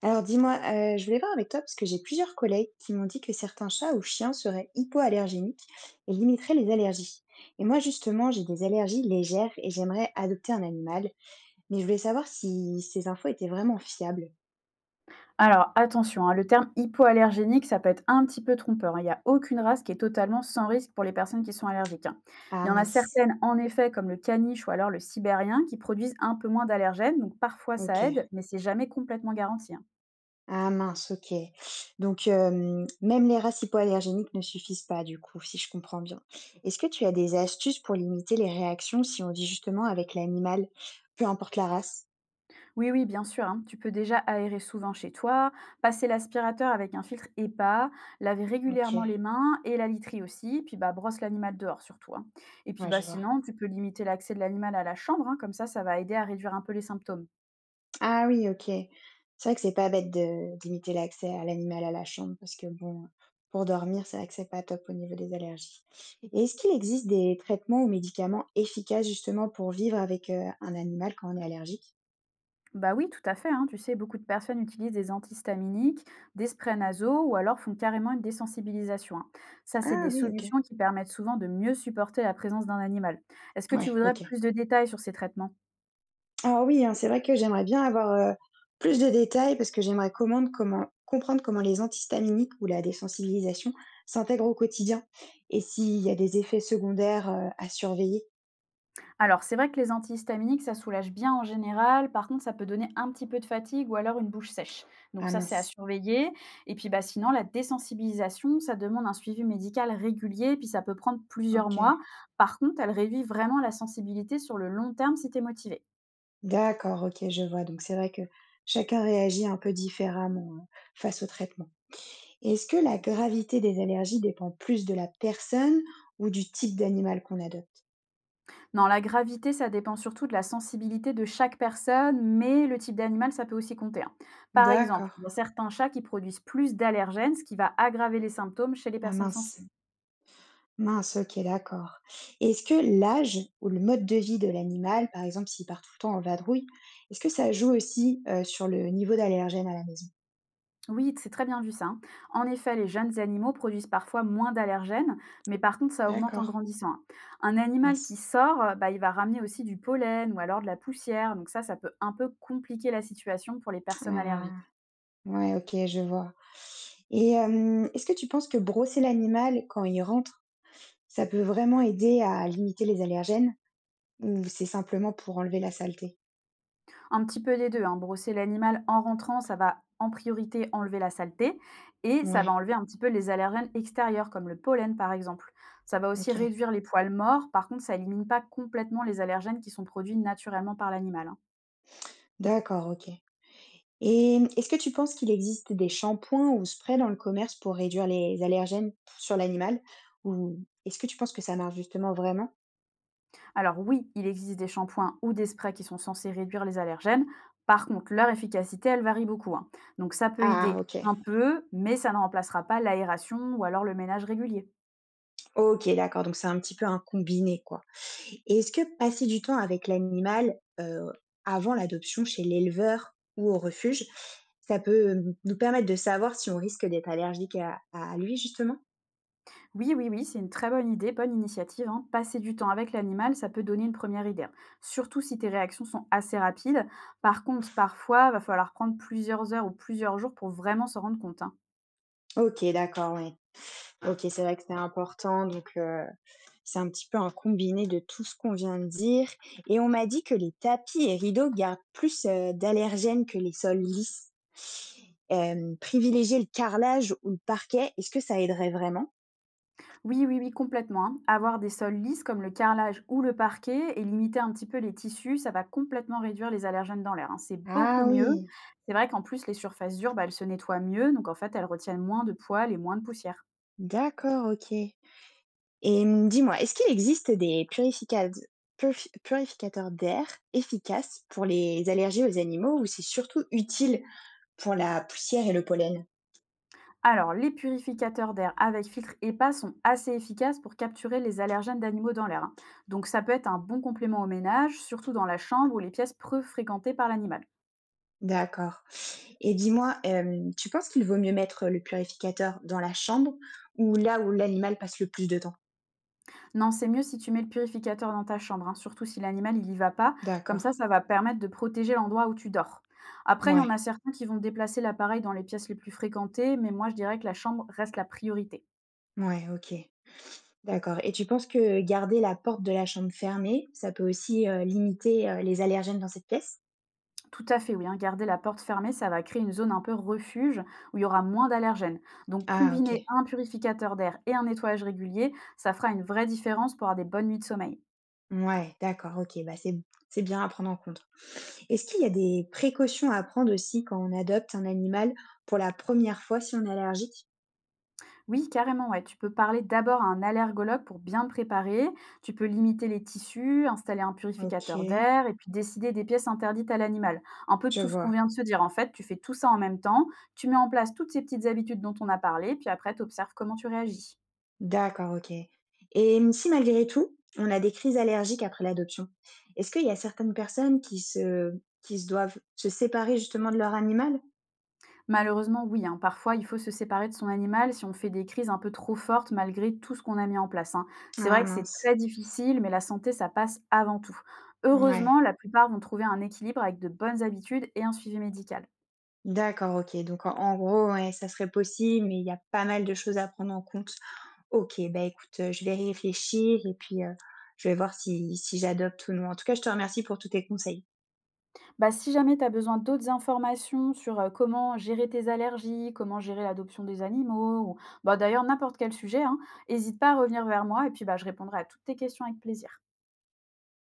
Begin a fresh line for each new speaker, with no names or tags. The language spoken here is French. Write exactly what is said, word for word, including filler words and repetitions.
Alors dis-moi, heu, je voulais voir avec toi parce que j'ai plusieurs collègues qui m'ont dit que certains chats ou chiens seraient hypoallergéniques et limiteraient les allergies. Et moi justement, j'ai des allergies légères et j'aimerais adopter un animal, mais je voulais savoir si ces infos étaient vraiment fiables.
Alors attention, hein, le terme hypoallergénique, ça peut être un petit peu trompeur, hein. Il n'y a aucune race qui est totalement sans risque pour les personnes qui sont allergiques, hein.
Ah
Il y en a
mince,
certaines, en effet, comme le caniche ou alors le sibérien, qui produisent un peu moins d'allergènes, donc parfois ça
OK.
aide, mais c'est jamais complètement garanti, hein.
Ah mince, OK. Donc hem, même les races hypoallergéniques ne suffisent pas du coup, si je comprends bien. Est-ce que tu as des astuces pour limiter les réactions si on vit justement avec l'animal, peu importe la race?
Oui, oui, bien sûr, hein, tu peux déjà aérer souvent chez toi, passer l'aspirateur avec un filtre E P A, laver régulièrement les
OK,
mains et la literie aussi, puis bah, brosse l'animal dehors surtout, hein. Et puis
ouais,
bah,
je vois.
sinon, tu peux limiter l'accès de l'animal à la chambre, hein, comme ça, ça va aider à réduire un peu les symptômes.
Ah oui, OK. C'est vrai que c'est pas bête de limiter l'accès à l'animal à la chambre parce que bon, pour dormir, c'est vrai que c'est pas top au niveau des allergies. Et est-ce qu'il existe des traitements ou médicaments efficaces justement pour vivre avec, heu, un animal quand on est allergique?
Bah oui, tout à fait, hein. Tu sais, beaucoup de personnes utilisent des antihistaminiques, des sprays nasaux ou alors font carrément une désensibilisation, hein. Ça, c'est
Ah
des
oui, OK.
solutions qui permettent souvent de mieux supporter la présence d'un animal. Est-ce que tu
Ouais,
voudrais
OK.
plus de détails sur ces traitements?
Alors oui, hein, c'est vrai que j'aimerais bien avoir, heu, plus de détails parce que j'aimerais commande comment comprendre comment les antihistaminiques ou la désensibilisation s'intègrent au quotidien et s'il y a des effets secondaires, heu, à surveiller.
Alors, c'est vrai que les antihistaminiques, ça soulage bien en général. Par contre, ça peut donner un petit peu de fatigue ou alors une bouche sèche. Donc
Ah
ça, c'est à
mince,
surveiller. Et puis, bah, sinon, la désensibilisation, ça demande un suivi médical régulier, puis ça peut prendre plusieurs
OK.
mois. Par contre, elle réduit vraiment la sensibilité sur le long terme si tu es motivé.
D'accord, OK, je vois. Donc c'est vrai que chacun réagit un peu différemment, heu, face au traitement. Et est-ce que la gravité des allergies dépend plus de la personne ou du type d'animal qu'on adopte?
Non, la gravité, ça dépend surtout de la sensibilité de chaque personne, mais le type d'animal, ça peut aussi compter, hein. Par exemple,
D'accord.
il y a certains chats qui produisent plus d'allergènes, ce qui va aggraver les symptômes chez les
Ah
personnes
mince,
sensibles.
mince, OK, d'accord. Et est-ce que l'âge ou le mode de vie de l'animal, par exemple s'il part tout le temps en vadrouille, est-ce que ça joue aussi, heu, sur le niveau d'allergène à la maison?
Oui, c'est très bien vu ça, hein. En effet, les jeunes animaux produisent parfois moins d'allergènes, mais par contre, ça augmente en
D'accord,
grandissant, hein. Un animal qui
mince.
sort, euh, bah, il va ramener aussi du pollen ou alors de la poussière, donc ça, ça peut un peu compliquer la situation pour les personnes allergiques.
Ah, ouais, OK, je vois. Et hem, est-ce que tu penses que brosser l'animal quand il rentre ça peut vraiment aider à limiter les allergènes ou c'est simplement pour enlever la saleté?
Un petit peu des deux, hein. Brosser l'animal en rentrant, ça va en priorité enlever la saleté et ça va
Ouais,
enlever un petit peu les allergènes extérieurs comme le pollen par exemple. Ça va aussi
OK.
réduire les poils morts, par contre ça élimine pas complètement les allergènes qui sont produits naturellement par l'animal, hein.
D'accord, OK. Et est-ce que tu penses qu'il existe des shampoings ou sprays dans le commerce pour réduire les allergènes sur l'animal? Ou est-ce que tu penses que ça marche justement vraiment?
Alors oui, il existe des shampoings ou des sprays qui sont censés réduire les allergènes, par contre leur efficacité, elle varie beaucoup, hein. Donc ça peut
Ah
aider
OK.
un peu, mais ça ne remplacera pas l'aération ou alors le ménage régulier.
OK, d'accord, donc c'est un petit peu un combiné, quoi. Et est-ce que passer du temps avec l'animal, heu, avant l'adoption chez l'éleveur ou au refuge, ça peut, hem, nous permettre de savoir si on risque d'être allergique à à lui justement?
Oui, oui, oui, c'est une très bonne idée, bonne initiative, hein. Passer du temps avec l'animal, ça peut donner une première idée, hein, surtout si tes réactions sont assez rapides. Par contre, parfois, va falloir prendre plusieurs heures ou plusieurs jours pour vraiment s'en rendre compte, hein.
OK, d'accord, ouais. OK, c'est vrai que c'est important, donc heu, c'est un petit peu un combiné de tout ce qu'on vient de dire et on m'a dit que les tapis et rideaux gardent plus, heu, d'allergènes que les sols lisses. Hem, privilégier le carrelage ou le parquet, est-ce que ça aiderait vraiment?
Oui, oui, oui, complètement, hein. Avoir des sols lisses comme le carrelage ou le parquet et limiter un petit peu les tissus, ça va complètement réduire les allergènes dans l'air, hein. C'est beaucoup
Ah
mieux.
oui.
C'est vrai qu'en plus, les surfaces dures, bah, elles se nettoient mieux, donc en fait, elles retiennent moins de poils et moins de poussière.
D'accord, OK et mmh, dis-moi, est-ce qu'il existe des purificad purfi purificateurs d'air efficaces pour les allergies aux animaux ou c'est surtout utile pour la poussière et le pollen?
Alors, les purificateurs d'air avec filtre hépa sont assez efficaces pour capturer les allergènes d'animaux dans l'air, hein. Donc, ça peut être un bon complément au ménage, surtout dans la chambre ou les pièces peu fréquentées par l'animal.
D'accord. Et dis-moi, hem, tu penses qu'il vaut mieux mettre le purificateur dans la chambre ou là où l'animal passe le plus de temps?
Non, c'est mieux si tu mets le purificateur dans ta chambre, hein, surtout si l'animal il y va pas. Comme
D'accord.
ça, ça va permettre de protéger l'endroit où tu dors. Après, il y en
Ouais.
a certains qui vont déplacer l'appareil dans les pièces les plus fréquentées, mais moi, je dirais que la chambre reste la priorité.
Ouais. OK. D'accord et tu penses que garder la porte de la chambre fermée, ça peut aussi, heu, limiter, heu, les allergènes dans cette pièce?
Tout à fait, oui, hein. Garder la porte fermée, ça va créer une zone un peu refuge où il y aura moins d'allergènes. Donc,
Ah OK.
combiner un purificateur d'air et un nettoyage régulier, ça fera une vraie différence pour avoir des bonnes nuits de sommeil.
Ouais, d'accord, OK, bah, c'est c'est bien à prendre en compte. Est-ce qu'il y a des précautions à prendre aussi quand on adopte un animal pour la première fois si on est allergique?
Oui, carrément, ouais. Tu peux parler d'abord à un allergologue pour bien te préparer. Tu peux limiter les tissus, installer un purificateur
OK,
d'air et puis décider des pièces interdites à l'animal. Un peu de
je
tout ce qu'on
vois.
vient de se dire. En fait, tu fais tout ça en même temps. Tu mets en place toutes ces petites habitudes dont on a parlé, puis après, tu observes comment tu réagis.
D'accord, OK. Et mmh, si malgré tout, on a des crises allergiques après l'adoption, est-ce qu'il y a certaines personnes qui se qui se doivent se séparer justement de leur animal?
Malheureusement, oui, hein. Parfois, il faut se séparer de son animal si on fait des crises un peu trop fortes malgré tout ce qu'on a mis en place, hein. C'est
Ah
vrai que c'est
mince.
très difficile, mais la santé, ça passe avant tout.
Ouais.
Heureusement, la plupart vont trouver un équilibre avec de bonnes habitudes et un suivi médical.
D'accord, OK. Donc en en gros, ouais, ça serait possible, mais il y a pas mal de choses à prendre en compte. OK, bah écoute, heu, je vais y réfléchir et puis, heu, je vais voir si si j'adopte ou non. En tout cas, je te remercie pour tous tes conseils.
Bah, si jamais tu as besoin d'autres informations sur euh, comment gérer tes allergies, comment gérer l'adoption des animaux, ou bah, d'ailleurs n'importe quel sujet, n'hésite pas à revenir vers moi et puis bah, je répondrai à toutes tes questions avec plaisir.